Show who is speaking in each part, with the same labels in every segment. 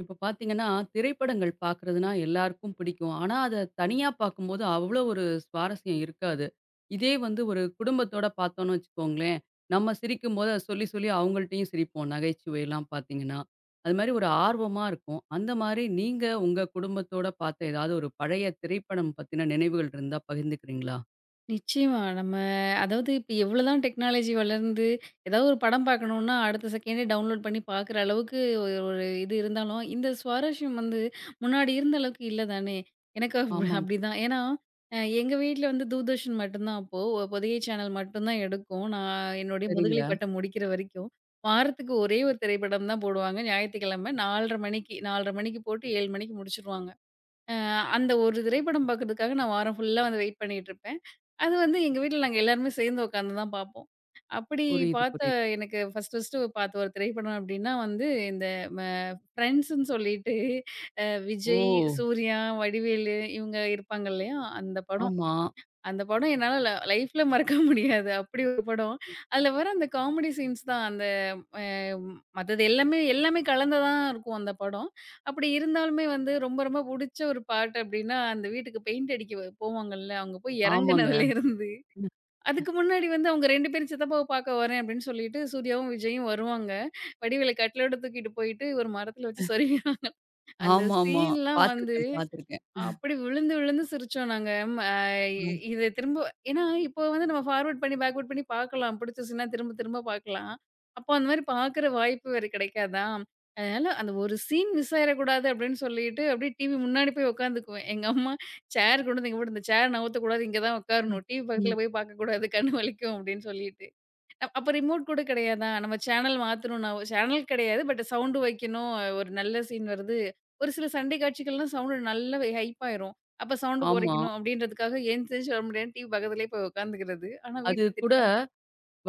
Speaker 1: இப்ப பார்த்தீங்கன்னா, திரைப்படங்கள் பார்க்குறதுனா எல்லாருக்கும் பிடிக்கும். ஆனா, அத தனியா பார்க்கும்போது அவ்வளோ ஒரு சுவாரஸ்யம் இருக்காது. இதே வந்து ஒரு குடும்பத்தோட பார்த்தோம்னு வச்சுக்கோங்களேன், நம்ம சிரிக்கும்போது அத சொல்லி சொல்லி அவங்கள்ட்டயும் சிரிப்போம். நகைச்சுவைலாம் பார்த்தீங்கன்னா. அது மாரி ஒரு ஆர்வமா இருக்கும். அந்த மாரி நீங்க உங்க குடும்பத்தோட பார்த்த ஏதாவது ஒரு பழைய திரைப்படம் பத்தின நினைவுகள் இருந்தா பகிர்ந்துக்கிறீங்களா?
Speaker 2: நிச்சயமா. நம்ம இப்ப எவ்வளோதான் டெக்னாலஜி வளர்ந்து, ஏதாவது ஒரு படம் பார்க்கணும்னா, அடுத்த செகண்டே டவுன்லோட் பண்ணி பார்க்குற அளவுக்கு ஒரு ஒரு இது இருந்தாலும், இந்த சுவாரஸ்யம் வந்து முன்னாடி இருந்த அளவுக்கு இல்ல தானே! எனக்கு அப்
Speaker 1: ஆமாங்க.
Speaker 2: அப்படிதான். ஏன்னா, எங்க வீட்ல வந்து தூர்தர்ஷன் மட்டும்தான் அப்போ, பொதிகை சேனல் மட்டும்தான் எடுக்கும். நான் என்னுடைய முதுகலை
Speaker 1: சரிங்க.
Speaker 2: பட்டம் முடிக்கிற வரைக்கும். வாரத்துக்கு ஒரே ஒரு திரைப்படம் தான் போடுவாங்க. ஞாயித்துக்கிழமை 4:30 மணிக்கு 4:30 மணிக்கு போட்டு 7 மணிக்கு முடிச்சுருவாங்க. அ அந்த ஒரு திரைப்படம் பார்க்கறதுக்காக நான் வாரம் ஃபுல்லா வந்து வெயிட் பண்ணிட்டு இருப்பேன். அது வந்து எங்க வீட்ல நாங்க எல்லாருமே சேர்ந்து உட்காந்து தான் பார்ப்போம். அப்படி
Speaker 1: புரியுது,
Speaker 2: பார்த்த
Speaker 1: புரியுது.
Speaker 2: எனக்கு ஃபர்ஸ்ட்டு பார்த்த ஒரு திரைப்படம் அப்படின்னா வந்து இந்த ம ஃப்ரெண்ட்ஸ்ன்னு சொல்லிட்டு
Speaker 1: ஓ!
Speaker 2: விஜய், சூர்யா, வடிவேலு இவங்க இருப்பாங்க இல்லையா? அந்த படம்.
Speaker 1: ஆமா.
Speaker 2: அந்த படம் என்னால லைஃப்ல மறக்க முடியாது. அப்படி ஒரு படம். அதில வர அந்த காமெடி சீன்ஸ் தான் அந்த அ மத்தது எல்லாமே எல்லாமே கலந்ததா இருக்கும் அந்த படம். அப்படி இருந்தாலுமே வந்து ரொம்ப ரொம்ப புடிச்ச ஒரு பார்ட் அப்படின்னா, அந்த வீட்டுக்கு பெயிண்ட் அடிக்க போவாங்கல்ல, அவங்க போய்
Speaker 1: ஆமாங்க.
Speaker 2: இறங்குனதுலேருந்து அதுக்கு முன்னாடி வந்து அவங்க 2 பேரும் சித்தப்பாவ பார்க்க வரேன் அப்படின்னு சொல்லிட்டு சூர்யாவும், விஜயும் வருவாங்க. வடிவேல கட்டிலோட தூக்கிட்டு போயிட்டு ஒரு மரத்துல வச்சு சொருவி அந்த
Speaker 1: ஆமாமா.
Speaker 2: சீன்லாம் வந்து
Speaker 1: பார்த்துருக்கேன், பார்த்துருக்கேன்.
Speaker 2: அப்படி விழுந்து, விழுந்து சிரிச்சோம் நாங்க. ம் அ
Speaker 1: ம்.
Speaker 2: இது திரும்ப ஏன்னா, இப்போ வந்து நம்ம ஃபார்வர்ட் பண்ணி, பேக்வர்ட் பண்ணி பார்க்கலாம். பிடிச்சிச்சுன்னா திரும்ப, திரும்ப பார்க்கலாம். அப்போ அந்த மாரி பார்க்குற வாய்ப்பு வேற கிடைக்காதா? அதனால அந்த ஒரு சீன் மிஸ் ஆயிறக்கூடாது அப்படின்னு சொல்லிட்டு, அப்படியே டிவி முன்னாடி போய் உட்காந்துக்குவேன். எங்க அம்மா சேர் கொண்டு வந்து இங்க போட்டு, "இந்த சேர நவுத்தக்கூடாது. இங்க தான்
Speaker 1: ம்.
Speaker 2: உட்காரணும். டிவி
Speaker 1: ம்.
Speaker 2: பக்கத்துல போய் பார்க்கக்கூடாது. கண்ணு வலிக்கும்" அப்படின்னு சொல்லிட்டு. அப்ப ரிமோட் கூட கிடையாதா? நம்ம சேனல் மாத்தணும்னா சேனல் கிடையாது. பட் சவுண்ட் வைக்கணும். ஒரு நல்ல சீன் வருது. ஒரு சில சண்டை காட்சிகள்லாம் சவுண்ட் நல்லா ஹைப் ஆயிரும். அப்ப சவுண்ட்
Speaker 1: ஆமா.
Speaker 2: குறைக்கணும் அப்படின்றதுக்காக எந்திரிச்சு வர முடியாது. டிவி பக்கத்திலேயே போய் உட்காந்துக்கிறது. ஆனா
Speaker 1: அது
Speaker 2: வீட்ல
Speaker 1: கூட
Speaker 2: திட்டுவாங்க.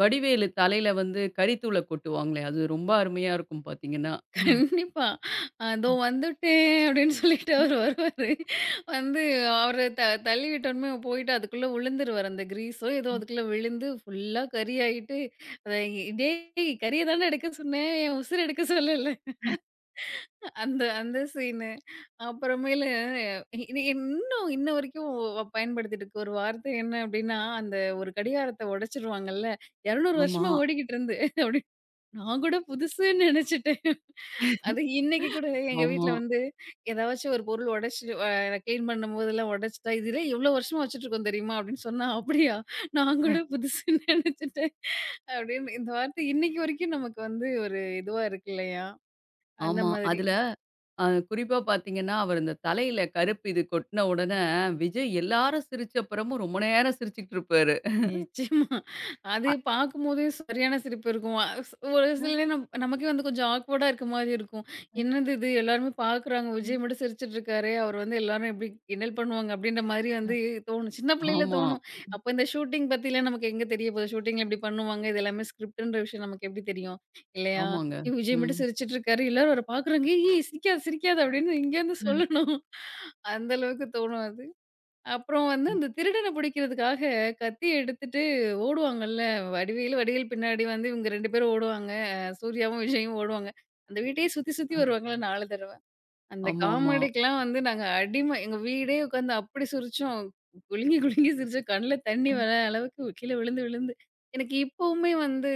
Speaker 1: வடிவேலு தலையில வந்து கரித்தூள கொட்டுவாங்களே, அது ரொம்ப அருமையா இருக்கும் பாத்தீங்கன்னா.
Speaker 2: கண்டிப்பா. "அதோ வந்துட்டேன்" அப்படின்னு சொல்லிட்டு அவரு வருவாரு. வந்து அவர தள்ளி விட்டோனமே போயிட்டு அதுக்குள்ள விழுந்துருவாரு. அந்த கிரீஸோ ஏதோ அதுக்குள்ள விழுந்து ஃபுல்லா கறி ஆயிட்டு, அதை, "டேய் கறிய தானே எடுக்க சொன்னேன். என் உசுர எடுக்க சொல்லல." அந்த அந்த சீனு. அப்புறமேலு இது இன்னும் இன்ன வரைக்கும் பயன்படுத்திட்டு இருக்க ஒரு வார்த்தை என்ன அப்டின்னா, அந்த ஒரு கடிகாரத்த உடைச்சிருவாங்கல்ல, 200
Speaker 1: ஆமா,
Speaker 2: வருஷமா ஓடிக்கிட்டு இருந்து அப்டி நான் கூட புதுசுன்னு நெனச்சுட்டேன். அது இன்னைக்கு கூட எங்க
Speaker 1: ஆமா,
Speaker 2: வீட்ல வந்து ஏதாச்சும் ஒரு பொருள் உடைச்சு கிளீன் பண்ணும்போதெல்லாம் உடைச்சுட்டா, இதுலே இவ்ளோ வருஷமா வச்சுட்டுருக்கோம் தெரியுமா? அப்டின்னு சொன்னா, "அப்படியா? நான் கூட புதுசுன்னு நெனச்சுட்டேன்." அப்டின்னு இந்த வார்த்தை இன்னைக்கு வரைக்கும் நமக்கு வந்து ஒரு இதுவா இருக்கு இல்லையா? அந்த
Speaker 1: ஆமா.
Speaker 2: மாதிரி.
Speaker 1: அதுல குறிப்பா பாத்தீங்கன்னா, அவர் இந்த தலையில கருப்பு இது கொட்டுன உடனே, விஜய் எல்லாரும் சிரிச்ச அப்புறமும் ரொம்ப நேரம் சிரிச்சுக்கிட்டு இருப்பாரு.
Speaker 2: நிச்சயமா. அது
Speaker 1: அ
Speaker 2: பார்க்கும்போதே சரியான சிரிப்பு இருக்கும். அ ஸ் ஒரு சில நேரம் நமக்கே வந்து கொஞ்சம் ஆக்வர்டா இருக்க மாரி இருக்கும். "என்னது இது எல்லாருமே பார்க்குறாங்க.
Speaker 1: ம்.
Speaker 2: விஜய் மட்டும் சிரிச்சுட்டு இருக்காரே! அவர் வந்து எல்லாரும் எப்படி கிண்டல் பண்ணுவாங்க?" அப்படின்ற மாரி வந்து தோணும். சின்ன பிள்ளையில
Speaker 1: ஆமா,
Speaker 2: தோணும். அப்ப இந்த ஷூட்டிங் பத்திலாம் நமக்கு எங்க தெரிய போகுது? ஷூட்டிங்ல இப்படி பண்ணுவாங்க. இது எல்லாமே ஸ்கிரிப்ட்ன்ற விஷயம் நமக்கு எப்படி தெரியும்? இல்லையா?
Speaker 1: ஆமாங்க.
Speaker 2: "ஏய் விஜய்
Speaker 1: ம்.
Speaker 2: மட்டும் சிரிச்சுட்டு இருக்காரு. எல்லாரும் அவர பார்க்குறாங்க. ஏய் சிரிக்காத, சிரிக்காத" அப்படின்னு இங்கேருந்து
Speaker 1: ம்.
Speaker 2: சொல்லணும். அந்த அளவுக்கு தோணும் அது. அப்புறம் வந்து அந்த திருடன பிடிக்கிறதுக்காக கத்தி எடுத்துட்டு ஓடுவாங்கல்ல. வடிவேலு, வடிவேல் பின்னாடி வந்து இவங்க 2 பேரும் ஓடுவாங்க. சூர்யாவும், விஜயும் ஓடுவாங்க. அந்த வீட்டையே சுத்தி சுத்தி வருவாங்கல்ல 4 தடவ. அந்த
Speaker 1: ஆமாமா.
Speaker 2: காமெடிக்கெல்லாம் வந்து நாங்க அடிமை. எங்க வீடே உட்காந்து அப்படி சிரிச்சோம். குலுங்கி குலுங்கி சிரிச்சோம். கண்ல தண்ணி வர அளவுக்கு கீழ விழுந்து விழுந்து. எனக்கு இப்பவுமே வந்து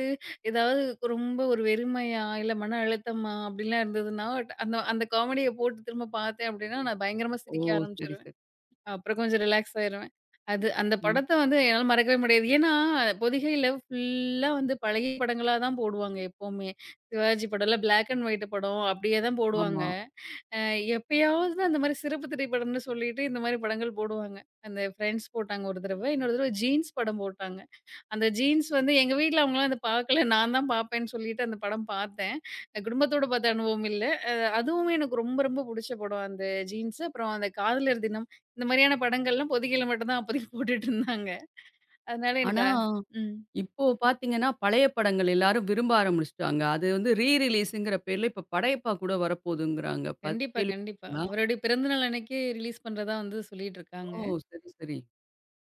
Speaker 2: ஏதாவது ரொம்ப ஒரு வெறுமையா, இல்ல மன அழுத்தமா அப்படிலாம் இருந்ததுன்னா, அந்த அந்த காமெடிய போட்டு திரும்ப பார்த்தேன் அப்படின்னா, நான் பயங்கரமா
Speaker 1: ஓ!
Speaker 2: சிரிக்க
Speaker 1: சரி,
Speaker 2: ஆரம்பிச்சுருவேன்.
Speaker 1: சரி.
Speaker 2: அப்புறம் கொஞ்சம் ரிலாக்ஸ் ஆயிருவேன். அது அந்த
Speaker 1: ம்.
Speaker 2: படத்த வந்து என்னால மறக்கவே முடியாது. ஏன்னா, பொதிகையில ஃபுல்லா வந்து பழைய படங்களா தான் போடுவாங்க எப்பவுமே. சிவாஜி படம்லாம் பிளாக் அண்ட் ஒயிட் படம் அப்படியே தான் போடுவாங்க.
Speaker 1: ஆமா.
Speaker 2: அ எப்பயாவது தான் அந்த மாரி சிறப்பு திரைப்படம்னு சொல்லிட்டு இந்த மாரி படங்கள் போடுவாங்க. அந்த ஃப்ரெண்ட்ஸ் போட்டாங்க ஒரு தடவ, இன்னொரு தடவ ஜீன்ஸ் படம் போட்டாங்க. அந்த ஜீன்ஸ் வந்து எங்க வீட்ல அவங்கலாம் அத பார்க்கல. நான் தான் பார்ப்பேன்னு சொல்லிட்டு அந்த படம் பார்த்தேன். குடும்பத்தோட பார்த்த அனுபவம் இல்ல. அ அதுவுமே எனக்கு ரொம்ப ரொம்ப புடிச்ச படம். அந்த ஜீன்ஸ் அப்புறம் அந்த காதலர் தினம் இந்த மாரியான படங்கள்லாம் பொதிகையில மட்டும் தான் அப்போதைக்கு போட்டுட்டு இருந்தாங்க. அதனால எனக்கு
Speaker 1: ஆனா
Speaker 2: அ ம்.
Speaker 1: இப்போ பார்த்தீங்கன்னா, பழைய படங்கள் எல்லாரும் விரும்ப ஆரம்பிச்சுட்டாங்க. அது வந்து ரீ ரிலீஸுங்கிற பேர்ல இப்ப படையப்பா கூட வரப்போதுங்கிறாங்க. பாத்
Speaker 2: கண்டிப்பா, கண்டிப்பா.
Speaker 1: கேள்விப்பட்டீங்களா?
Speaker 2: அவருடைய பிறந்த நாள் அன்னைக்கு ரிலீஸ் பண்றதா வந்து சொல்லிட்டு
Speaker 1: ஓ!
Speaker 2: இருக்காங்க.
Speaker 1: சரி, சரி.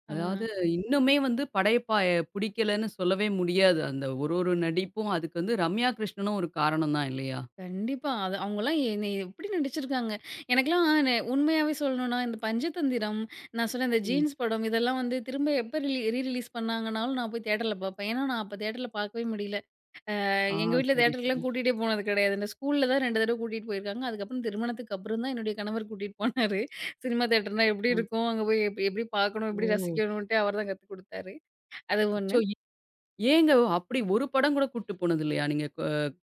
Speaker 2: ஆ.
Speaker 1: அதாவது இன்னுமே வந்து படையப்பா பிடிக்கலன்னு சொல்லவே முடியாது. அந்த ஒரு ஒரு நடிப்பும் அதுக்கு வந்து ரம்யா கிருஷ்ணனும் ஒரு காரணம் தான் இல்லையா?
Speaker 2: கண்டிப்பா. அது அவங்கலாம் என்னைய எப்படி நடிச்சிருக்காங்க. எனக்கெல்லாம் உண்மையாவே சொல்லணும்னா, இந்த பஞ்சதந்திரம், நான் சொன்ன இந்த
Speaker 1: ம்.
Speaker 2: ஜீன்ஸ் படம் இதெல்லாம் வந்து திரும்ப எப்ப ரீ ரிலீஸ் பண்ணாங்கனாலும் நான் போய் தியேட்டர்ல பார்ப்பேன். ஏன்னா, நான் அப்ப தியேட்டர்ல பார்க்கவே முடியல.
Speaker 1: ஆ
Speaker 2: எங்க வீட்ல
Speaker 1: சரி, சரி.
Speaker 2: தியேட்டருக்குலாம் கூட்டிட்டே போனது கிடையாது. இந்த ஸ்கூல்ல தான் 2 தடவ கூட்டிட்டு போயிருக்காங்க. அதுக்கப்புறம் திருமணத்துக்கு அப்புறம் தான் என்னுடைய கணவர் கூட்டிட்டு போனாரு. சினிமா தியேட்டர்னா எப்படி
Speaker 1: ஆ
Speaker 2: இருக்கும்? அங்க போய் எப்படி பார்க்கணும்? எப்படி
Speaker 1: ஓ!
Speaker 2: ரசிக்கணுன்ட்டு அவர் தான் கத்துக் குடுத்தாரு. அது ஒண்ணு.
Speaker 1: அச்சோ! ஏங்க அப்படி ஒரு படம் கூட கூட்டு போனது இல்லையா? நீங்க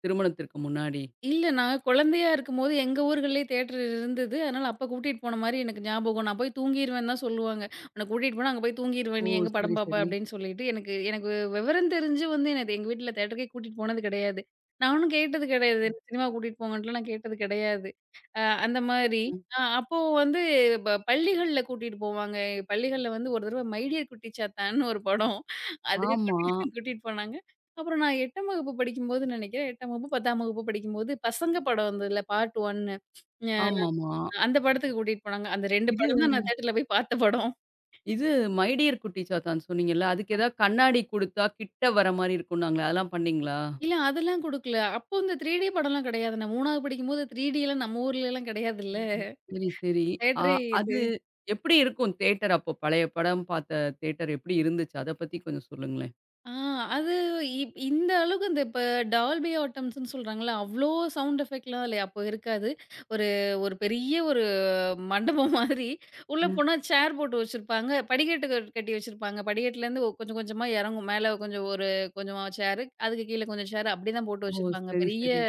Speaker 1: திருமணத்திற்கு முன்னாடி?
Speaker 2: இல்ல. நான் குழந்தையா இருக்கும்போது எங்க ஊர்கள்லயே தியேட்டர் இருந்தது. அதனால அப்ப கூட்டிட்டு போன மாரி எனக்கு ஞாபகம். நான் போய் தூங்கிருவேன்னு தான் சொல்லுவாங்க. "உன்ன கூட்டிட்டு போனா அங்க போய் தூங்கிருவ
Speaker 1: ஓ!
Speaker 2: நீ எங்க படம்
Speaker 1: சரி,
Speaker 2: பாப்ப?"
Speaker 1: சரி.
Speaker 2: அப்படின்னு சொல்லிட்டு எனக்கு எனக்கு விவரம் தெரிஞ்சு வந்து என்னது எங்க வீட்ல தியேட்டருக்கே கூட்டிட்டு போனது கிடையாது. நான் ஒண்ணும் கேட்டது கிடையாது.
Speaker 1: ம்,
Speaker 2: என்ன சினிமா கூட்டிட்டு போங்கன்ட்டுலாம் நான் கேட்டது கிடையாது. அந்த மாரி.
Speaker 1: ம்.
Speaker 2: அப்போ வந்து பள்ளிகள்ல கூட்டிட்டு போவாங்க. பள்ளிகள்ல வந்து ஒரு தடவ "மை டியர் குட்டி சாத்தான்னு" ஒரு படம். அதுக்கு
Speaker 1: ஆமா,
Speaker 2: கூட்டிட்டு கூட்டிட்டு போனாங்க. அப்புறம் நான் 8ஆம் வகுப்பு படிக்கும்போது நினைக்கிறேன். 8ஆம் வகுப்பு, 10ஆம் வகுப்பு படிக்கும்போது பசங்க படம் வந்ததுல பார்ட் 1 அ
Speaker 1: ஆமாமா.
Speaker 2: அந்த படத்துக்கு கூட்டிட்டு போனாங்க. அந்த 2
Speaker 1: இது
Speaker 2: படம் தான் ம். நான் தியேட்டர்ல போய் பார்த்த படம்.
Speaker 1: இது மை டியர் குட்டி சாத்தான் சொன்னீங்கல்ல, அதுக்கு ஏதாவது கண்ணாடி குடுத்தா கிட்ட வர மாரி இருக்கும்னாங்களே, அதெல்லாம் பண்ணீங்களா?
Speaker 2: இல்ல அதெல்லாம் குடுக்கல. அப்போ இந்த 3டி படம்லாம் கிடையாது. நான் 3வது படிக்கும்போது 3டிலாம் நம்ம ஊர்லலாம் கிடையாதுல்ல.
Speaker 1: ம். சரி, சரி. ஆ
Speaker 2: தியேட்டரே இது.
Speaker 1: அது எப்படி இருக்கும் தியேட்டர் அப்போ? பழைய படம் பார்த்த தியேட்டர் எப்படி இருந்துச்சு? அத பத்தி கொஞ்சம் சொல்லுங்களேன்.
Speaker 2: ஆ அது இப் இந்த அளவுக்கு இப்ப டால்பி ஆட்டம்ஸ்ன்னு சொல்றாங்கல்ல, அவ்ளோ சவுண்ட் எஃபெக்ட்லாம் அதுல அப்போ இருக்காது. ஒரு ஒரு பெரிய ஒரு மண்டபம் மாதிரி உள்ள
Speaker 1: ம்.
Speaker 2: போனா சேர் போட்டு வச்சிருப்பாங்க. படிக்கட்டு கட்டி வச்சிருப்பாங்க. படிக்கட்டுலேருந்து கொஞ்சம் கொஞ்சமா இறங்கும். மேல கொஞ்சம் ஒரு கொஞ்சமா சேரு, அதுக்கு கீழ கொஞ்சம் சேரு அப்படிதான் போட்டு
Speaker 1: ஓ!
Speaker 2: வச்சிருப்பாங்க.
Speaker 1: சரி,
Speaker 2: பெரிய
Speaker 1: சரி.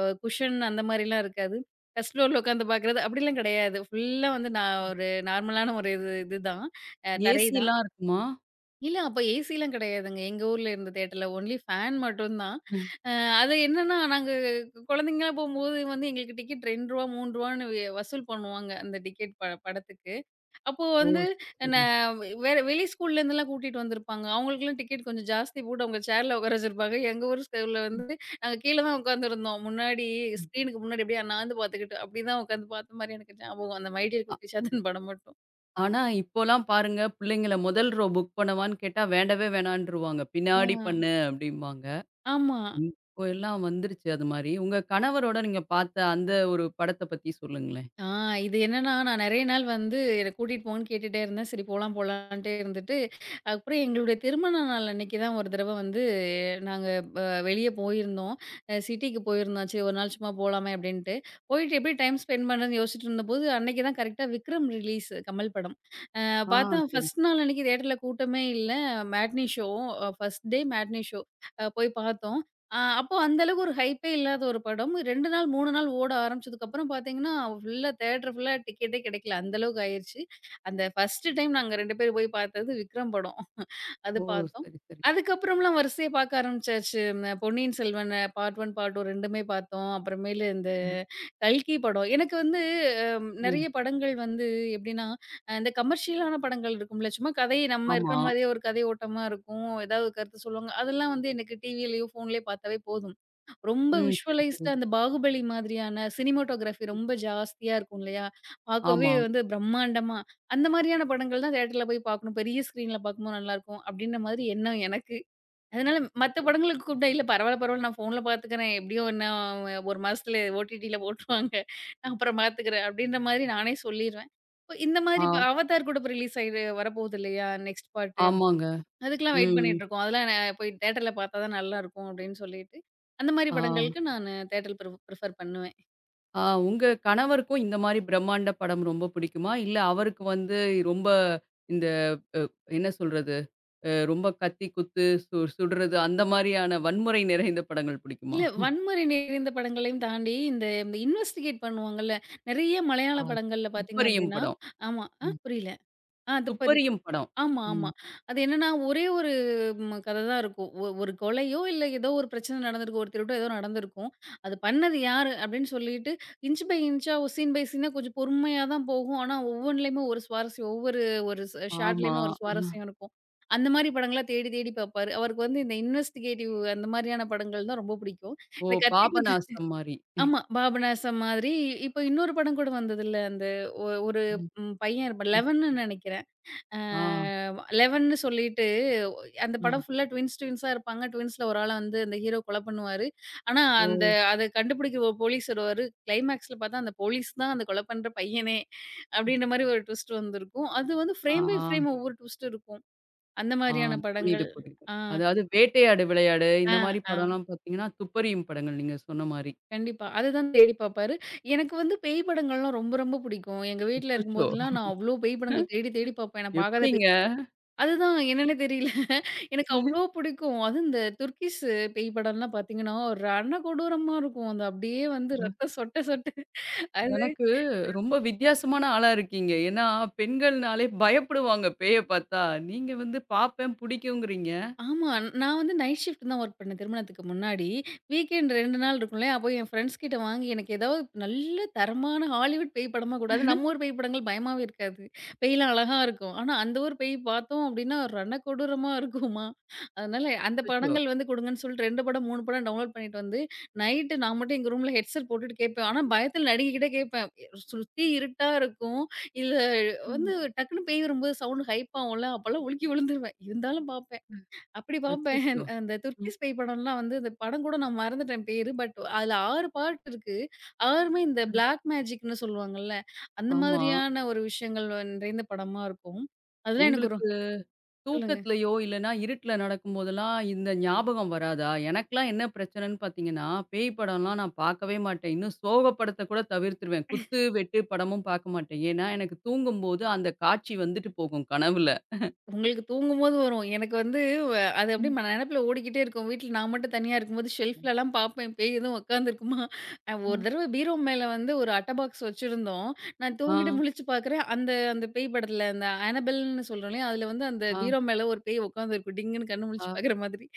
Speaker 2: குஷன் அந்த மாரிலாம் இருக்காது. ஃபர்ஸ்ட் ஃப்ளோர்ல உட்காந்து பார்க்குறது அப்படிலாம் கிடையாது. ஃபுல்லா வந்து நான் ஒரு நார்மலான ஒரு இது இதுதான். தரை தான்.
Speaker 1: ஏசிலாம் இருக்குமா?
Speaker 2: இல்ல அப்ப ஏசிலாம் கிடையாதுங்க. எங்க ஊர்ல இருந்த தியேட்டர்ல ஒன்லி ஃபேன் மட்டும் தான்.
Speaker 1: ம்.
Speaker 2: அ அது என்னன்னா, நாங்க குழந்தைங்களா போம்போது வந்து எங்களுக்கு டிக்கெட் ரூ. 2 ரூ. 3ன்னு வசூல் பண்ணுவாங்க. அந்த டிக்கெட் படத்துக்கு. அப்போ
Speaker 1: ஓ!
Speaker 2: வந்து
Speaker 1: சரி,
Speaker 2: ந
Speaker 1: சரி.
Speaker 2: வேற வெளி ஸ்கூல்ல இருந்துலாம் கூட்டிட்டு வந்திருப்பாங்க. அவங்களுக்கெல்லாம் டிக்கெட் கொஞ்சம் ஜாஸ்தி போட்டு அவங்க சேர்ல உட்கார வச்சிருப்பாங்க. எங்க ஊர் ஸ்கூல்ல
Speaker 1: ம்,
Speaker 2: வந்து நாங்க கீழ தான் உட்காந்துருந்தோம். முன்னாடி
Speaker 1: ம்.
Speaker 2: ஸ்க்ரீனுக்கு முன்னாடி அப்படியே அண்ணாந்து பார்த்துக்கிட்டு, அப்படிதான் உட்காந்து பார்த்த மாரி எனக்கு ஞாபகம். அந்த மை டியர் குட்டி சாத்தன் படம் மட்டும்.
Speaker 1: ஆனா, இப்போலாம் பாருங்க பிள்ளைங்கள முதல் ரோ புக் பண்ணவான்னு கேட்டா வேண்டவே வேணான்ருவாங்க.
Speaker 2: ஆ
Speaker 1: பின்னாடி பண்ணு அப்படிம்பாங்க.
Speaker 2: ஆமா.
Speaker 1: இப்போ எல்லாம் வந்துருச்சு அது மாரி. உங்க கணவரோட நீங்க பார்த்த அந்த ஒரு படத்த பத்தி சொல்லுங்களேன்.
Speaker 2: ஆ இது என்னன்னா, நான் நெறைய நாள் வந்து என்ன கூட்டிட்டு போங்கன்னு கேட்டுட்டே இருந்தேன். சரி போலாம் போலான்ட்டே இருந்துட்டு, அப்புறம் எங்களுடைய திருமண நாள் அன்னைக்கு தான் ஒரு தடவ வந்து நாங்க ப வெளிய போயிருந்தோம். சிட்டிக்கு போயிருந்தோம். சரி ஒரு நாள் சும்மா போலாமே அப்டின்ட்டு. போயிட்டு எப்படி டைம் ஸ்பெண்ட் பண்றதுன்னு யோசிச்சுட்டு இருந்தபோது, அன்னைக்கு தான் கரெக்ட்டா விக்ரம் ரிலீஸ் கமல் படம். அ
Speaker 1: ஆ,
Speaker 2: பார்த்தா
Speaker 1: சரி.
Speaker 2: ஃபர்ஸ்ட் நாள் அன்னைக்கு தியேட்டர்ல கூட்டமே இல்ல. Matinee show, first day matinee show. போய் பார்த்தோம். அப்போ அந்த அளவுக்கு ஒரு ஹைப்பே இல்லாத ஒரு படம். 2 நாள், 3 நாள் ஓட ஆரம்பிச்சதுக்கப்புறம் பார்த்தீங்கன்னா, ஃபுல்லா தியேட்டர் ஃபுல்லா டிக்கெட்டே கிடைக்கல. அந்த அளவுக்கு ஆயிருச்சு. அந்த ஃபர்ஸ்ட்டு டைம் நாங்க 2 பேரும் போய் பார்த்தது விக்ரம் படம். அது
Speaker 1: ஓ!
Speaker 2: பார்த்தோம்.
Speaker 1: சரி, சரி.
Speaker 2: அதுக்கப்புறம்லாம் வரிசையா பார்க்க ஆரம்பிச்சாச்சு. இந்த பொன்னியின் செல்வன் பார்ட் 1, பார்ட் 2 2மே பார்த்தோம். அப்புறமேலு இந்த
Speaker 1: ம்,
Speaker 2: கல்கி படம். எனக்கு வந்து அ நெறைய
Speaker 1: ம்.
Speaker 2: படங்கள் வந்து எப்படின்னா இந்த கமர்ஷியலான படங்கள் இருக்கும்ல, சும்மா கதை நம்ம
Speaker 1: ஆமா.
Speaker 2: இருக்கிற மாரியே ஒரு கதை ஓட்டமா இருக்கும். ஏதாவது ஒரு கருத்து சொல்லுவாங்க. அதெல்லாம் வந்து எனக்கு டிவிலயோ, ஃபோன்லயோ பார்த்தாவே போதும். ரொம்ப
Speaker 1: ம். சரி, சரி.
Speaker 2: விஷுவலைஸ்டா அந்த பாகுபலி மாதிரியான சினிமாட்டோகிராஃபி ரொம்ப ஜாஸ்தியா இருக்கும் இல்லையா? பார்க்கவே
Speaker 1: ஆமா.
Speaker 2: வந்து பிரம்மாண்டமா, அந்த மாரியான படங்கள் தான் தியேட்டர்ல போய் பார்க்கணும். பெரிய ஸ்க்ரீன்ல பார்க்கும்போது நல்லாயிருக்கும். அப்படின்ற மாதிரி எண்ணம் எனக்கு. அதனால மத்த படங்களுக்கு கூப்பிட்டா, "இல்ல பரவால்ல, பரவால்ல நான் ஃபோன்ல பார்த்துக்கிறேன். எப்படியும் இன்னும் 1 மாசத்துல ஓடிடில போட்டுருவாங்க. நான் அப்புறம் பார்த்துக்கிறேன்." அப்படின்ற மாதிரி நானே சொல்லிருவேன். இப்ப இந்த மாதிரி
Speaker 1: ஆ,
Speaker 2: இப்ப அவதார் கூட இப்ப ரிலீஸ் ஆயிடு வரப்போகுது இல்லையா? Next part.
Speaker 1: ஆமாங்க.
Speaker 2: அதுக்கெல்லாம் வெயிட்
Speaker 1: ம்.
Speaker 2: பண்ணிட்டுருக்கோம். அதெல்லாம் போய் தியேட்டர்ல பார்த்தா தான் நல்லாருக்கும் அப்படின்னு சொல்லிட்டு, அந்த மாரி
Speaker 1: ஆ,
Speaker 2: படங்களுக்கு நானு தியேட்டர் பிரிஃபர் பண்ணுவேன்.
Speaker 1: ஆ உங்க கணவருக்கும் இந்த மாரி பிரம்மாண்ட படம் ரொம்ப பிடிக்குமா? இல்ல அவருக்கு வந்து ரொம்ப இந்த அ என்ன சொல்றது? ரொம்ப கத்தி குத்து, சுடுறது அந்த மாரியான வன்முறை நிறைந்த படங்கள் பிடிக்குமா?
Speaker 2: இல்ல வன்முறை நிறைந்த படங்களையும் தாண்டி, இந்த இன்வெஸ்டிகேட் பண்ணுவாங்கல்ல, நெறைய மலையாள
Speaker 1: ஆ,
Speaker 2: படங்கள்ல பார்த்தீங்க
Speaker 1: துப்பறியும்
Speaker 2: அப்படின்னா
Speaker 1: படம்.
Speaker 2: ஆமா.
Speaker 1: ம்.
Speaker 2: புரியல. ஆ துப்ப
Speaker 1: துப்பறியும் படம்.
Speaker 2: ஆமா, ஆமா.
Speaker 1: ம்.
Speaker 2: அது என்னன்னா, ஒரே ஒரு கத தான் இருக்கும். ஒரு கொலையோ, இல்ல ஏதோ ஒரு பிரச்சனை நடந்திருக்கும். ஒரு திருட்டோ ஏதோ நடந்திருக்கும். அது பண்ணது யாரு? அப்படின்னு சொல்லிட்டு, இன்ச் பை இன்ச்சா, சீன் பை சீனா கொஞ்சம் பொறுமையா தான் போகும். ஆனா, ஒவ்வொன்லயுமே ஒரு சுவாரஸ்யம். ஒவ்வொரு ஒரு ஸ்
Speaker 1: ஆமா.
Speaker 2: ஷாட்லயுமே ஒரு
Speaker 1: ஆ.
Speaker 2: சுவாரஸ்யம் இருக்கும். அந்த மாரி படங்களா தேடி தேடி பாப்பாரு. அவருக்கு வந்து இந்த இன்வெஸ்டிகேட்டிவ் அந்த மாரியான படங்கள் தான் ரொம்ப பிடிக்கும்.
Speaker 1: ஓ!
Speaker 2: இந்த கத்திக்குத்து
Speaker 1: பாபநாசம் மாரி.
Speaker 2: ஆமா. பாபநாசம் மாதிரி. இப்போ இன்னொரு படம் கூட வந்ததுல்ல. அந்த ஒரு
Speaker 1: ம்,
Speaker 2: பையன் இருப்பான்.
Speaker 1: ம்.
Speaker 2: 11ன்னு நெனைக்கிறேன். ஆ
Speaker 1: ஆ,
Speaker 2: 11ன்னு சொல்லிட்டு அந்த
Speaker 1: ஆ.
Speaker 2: படம் ஃபுல்லா ட்வின்ஸ், ட்வின்ஸா இருப்பாங்க. ட்வின்ஸ்ல ஒரு ஆள வந்து அந்த ஹீரோ கொலை பண்ணுவாரு. ஆனா,
Speaker 1: ஓ!
Speaker 2: அந்த அத கண்டுபிடிக்கிற ஒரு போலீஸ் வருவாரு. கிளைமாக்ஸ்ல பார்த்தா அந்த போலீஸ் தான் அந்த கொலை பண்ற பையனே! அப்டின்ற மாரி ஒரு ட்விஸ்ட் வந்திருக்கும். அது வந்து
Speaker 1: ஆ,
Speaker 2: ஃப்ரேம் பை ஃப்ரேம் ஒவ்வொரு ட்விஸ்ட் இருக்கும். அந்த
Speaker 1: ஆ, ஆ.
Speaker 2: மாரியான
Speaker 1: புரியுது,
Speaker 2: படங்கள்.
Speaker 1: புரியுது.
Speaker 2: ஆ,
Speaker 1: அதாவது வேட்டையாடு விளையாடு,
Speaker 2: ஆ,
Speaker 1: இந்த மாரி
Speaker 2: ஆ.
Speaker 1: படம்லாம் பார்த்தீங்கன்னா, துப்பறியும் படங்கள் நீங்க சொன்ன மாரி.
Speaker 2: கண்டிப்பா. அதுதான் தேடி பார்ப்பாரு. எனக்கு வந்து பேய் படங்கள்லாம் ரொம்ப ரொம்ப பிடிக்கும். எங்க வீட்ல
Speaker 1: அச்சச்சோ!
Speaker 2: இருக்கும்போதெல்லாம் நான் அவ்ளோ பேய் படங்கள் தேடி தேடி பார்ப்பேன். நான் பார்க்காத
Speaker 1: எப்படிங்க?
Speaker 2: அதுதான் என்னன்னே தெரியல. எனக்கு அவ்ளோ பிடிக்கும். அதுவும் இந்த துர்க்கிஷ் பேய் படம்லாம் பார்த்தீங்கன்னா, ஒரு ரண கொடூரமா இருக்கும். அது அப்படியே வந்து ரத்தம் சொட்ட சொட்ட அது
Speaker 1: எனக்கு ரொம்ப வித்தியாசமான ஆளா இருக்கீங்க. ஏன்னா, பெண்கள்னாலே பயப்படுவாங்க பேய பார்த்தா. நீங்க வந்து பார்ப்பேன், புடிக்குங்கிறீங்க.
Speaker 2: ஆமா. நான் வந்து நைட் ஷிஃப்ட் தான் வொர்க் பண்ணேன் திருமணத்துக்கு முன்னாடி. வீக்கெண்ட் 2 நாள் இருக்கும்ல, அப்போ என் ஃப்ரெண்ட்ஸ் கிட்ட வாங்கி எனக்கு ஏதாவது நல்ல தரமான ஹாலிவுட் பேய் படமா கூட அது நம்ம ஊர் பேய் படங்கள் பயமாவே இருக்காது. பேய்லாம் அழகா இருக்கும். ஆனா அந்த ஊர் பேய் பார்த்தோம் அப்டின்னா, ரணக்கொடூரமா இருக்குமா. அதனால அந்த
Speaker 1: அச்சச்சோ!
Speaker 2: படங்கள் வந்து குடுங்கன்னு சொல்லிட்டு 2 படம் 3 படம் டவுன்லோட் பண்ணிட்டு வந்து, நைட்டு நான் மட்டும் எங்க ரூம்ல ஹெட்செட் போட்டுட்டு கேட்பேன். ஆனா பயத்துல நடுங்கிக்கிட்டே கேட்பேன். சுத்தி இருட்டா இருக்கும். இதுல வந்து
Speaker 1: ம்.
Speaker 2: டக்குனு பேய் வரும்போது சவுண்ட் ஹைப் ஆகும்ல, அப்போலாம் உலுக்கி விழுந்துருவேன். இருந்தாலும் பார்ப்பேன். அப்படி பார்ப்பேன்.
Speaker 1: அச்சச்சோ!
Speaker 2: அந்த
Speaker 1: ம்.
Speaker 2: துர்க்கிஸ் பேய் படம்லாம் வந்து அந்த படம் கூட நான் மறந்துட்டேன் பேரு. பட் அதுல 6 பார்ட் இருக்கு. 6மே இந்த
Speaker 1: ம்.
Speaker 2: பிளாக் மேஜிக்ன்னு சொல்லுவாங்கல்ல, அந்த
Speaker 1: ஆமா.
Speaker 2: மாதிரியான ஒரு விஷயங்கள் நிறைந்த படமா இருக்கும். அதெல்லாம் எனக்கு ஒரு
Speaker 1: உங்களுக்கு தூக்கத்திலயோ, இல்லன்னா இருட்டுல நடக்கும்போதெல்லாம் இந்த ஞாபகம் வராதா? எனக்கெல்லாம் என்ன பிரச்சனைன்னு பார்த்தீங்கன்னா, பேய் படம்லாம் நான் பார்க்கவே மாட்டேன். இன்னும் சோகப்படத்த கூட தவிர்த்துருவேன். குத்து, வெட்டு படமும் பார்க்க மாட்டேன். ஏன்னா, எனக்கு தூங்கும்போது அந்த காட்சி வந்துட்டு போகும் கனவுல.
Speaker 2: உங்களுக்கு தூங்கும்போது வரும். எனக்கு வந்து வ அது அப்படியே
Speaker 1: ம்.
Speaker 2: நெனப்புல ஓடிக்கிட்டே இருக்கும். வீட்ல நான் மட்டும் தனியா இருக்கும்போது ஷெல்ஃப்லலாம் பாப்பேன் பேய் எதுவும் உட்காந்துருக்குமா? ஒரு
Speaker 1: ம்.
Speaker 2: தடவ பீரோ மேல வந்து ஒரு அட்ட பாக்ஸ் வச்சிருந்தோம். நான் தூங்கிட்டு
Speaker 1: ஆ,
Speaker 2: முழிச்சு பார்க்குறேன், அந்த அந்த பேய் படத்துல அந்த அனபெல்ன்னு சொல்றோம் இல்லையா? அதுல வந்து அந்த
Speaker 1: ஆ,
Speaker 2: பீரோ மேல ஒரு பேய் உட்காந்துருக்கும். டிங்குன்னு கண்ணு முழிச்சு
Speaker 1: ஆ.
Speaker 2: பார்க்குற மாதிரி.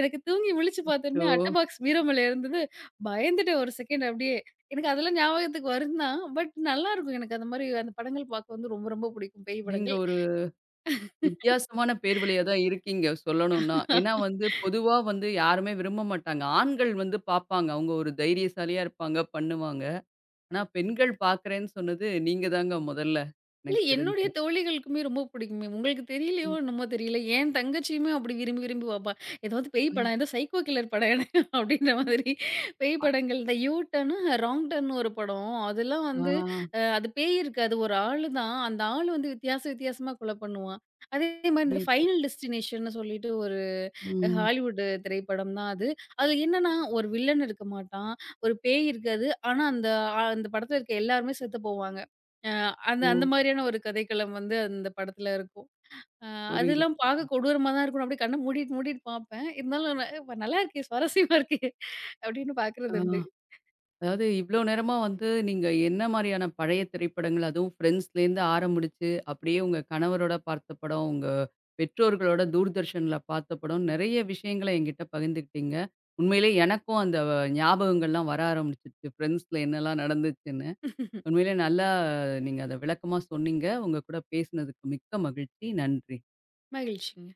Speaker 2: எனக்கு தூங்கி முழிச்சு
Speaker 1: அச்சோ!
Speaker 2: பார்த்தோனே அட்ட பாக்ஸ் பீரோ மேல இருந்தது. பயந்துட்டேன் ஒரு செகண்ட் அப்படியே. எனக்கு அதெல்லாம் ஞாபகத்துக்கு வரும் தான். பட் நல்லாருக்கும். எனக்கு அந்த மாரி அந்த படங்கள் பார்க்க வந்து ரொம்ப ரொம்ப புடிக்கும் பேய்
Speaker 1: நீங்க
Speaker 2: படங்கள்.
Speaker 1: ஒரு வித்தியாசமான பேர்வழியா தான் இருக்கீங்க சொல்லணும்னா. ஏன்னா வந்து பொதுவா வந்து யாருமே விரும்ப மாட்டாங்க. ஆண்கள் வந்து பார்ப்பாங்க. அவங்க ஒரு தைரியசாலியா இருப்பாங்க, பண்ணுவாங்க. ஆனா, பெண்கள் பார்க்குறேன்னு சொன்னது நீங்க தாங்க முதல்ல,
Speaker 2: இல்ல
Speaker 1: எனக்கு
Speaker 2: என்னுடைய
Speaker 1: தெரிஞ்சு.
Speaker 2: தோழிகளுக்குமே ரொம்ப பிடிக்குமே. உங்களுக்கு தெரியலையோ
Speaker 1: ம்.
Speaker 2: என்னமோ தெரியல. என் தங்கச்சியுமே அப்படி விரும்பி, விரும்பி பாப்பா. ஏதாவது பேய்
Speaker 1: ஆ.
Speaker 2: படம், ஏதோ சைக்கோ கில்லர் படம் எனக்கு அப்படின்ற மாதிரி பேய்
Speaker 1: அ.
Speaker 2: படங்கள் இந்த யூ டர்னு, ராங் டர்ன்னு ஒரு படம். அதெல்லாம்
Speaker 1: ஆ
Speaker 2: வந்து அது பேய் இருக்காது. ஒரு ஆளு தான். அந்த ஆளு வந்து வித்தியாச வித்தியாசமா கொலை பண்ணுவான். அதே மாரி இந்த
Speaker 1: புரியுது.
Speaker 2: ஃபைனல் டெஸ்டினேஷன்னு சொல்லிட்டு ஒரு
Speaker 1: ம்.
Speaker 2: ஹாலிவுட் திரைப்படம் தான் அது. அதுல என்னன்னா, ஒரு வில்லன் இருக்க மாட்டான். ஒரு பேய் இருக்காது. ஆனா, அந்த அந்த படத்துல இருக்க எல்லாருமே செத்து போவாங்க. அ அந்த அந்த
Speaker 1: ஓ!
Speaker 2: மாதிரியான ஒரு கதைக்களம் வந்து அந்த படத்துல இருக்கும். அ
Speaker 1: புரியுது,
Speaker 2: அதெல்லாம் பார்க்க
Speaker 1: புரியுது.
Speaker 2: கொடூரமா தான் இருக்கும். நான் அப்படியே கண்ண மூடிட்டு மூடிட்டு பார்ப்பேன். இருந்தாலும் "நல்லாயிருக்கே, சுவாரஸ்யமா இருக்கே" அப்படின்னு
Speaker 1: ஆ
Speaker 2: பார்க்கறது உண்டு.
Speaker 1: அதாவது இவ்ளோ நேரமா வந்து நீங்க என்ன மாரியான பழைய திரைப்படங்கள், அதுவும் ஃப்ரெண்ட்ஸ்லேருந்து ஆரம்பிச்சு, அப்படியே உங்க கணவரோட பார்த்த படம், உங்க பெற்றோர்களோட தூர்தர்ஷன்ல பார்த்த படம், நெறைய விஷயங்கள என்கிட்ட பகிர்ந்துக்கிட்டீங்க. உண்மையிலே எனக்கும் அந்த ஞாபகங்கள்லாம் வர ஆரம்பிச்சுருச்சு. ஃப்ரெண்ட்ஸ்ல என்னலாம் நடந்துச்சுன்னு. உண்மையிலே நல்லா நீங்க அத விளக்கமா சொன்னீங்க. உங்க கூட பேசினதுக்கு மிக்க மகிழ்ச்சி. நன்றி.
Speaker 2: மகிழ்ச்சிங்க.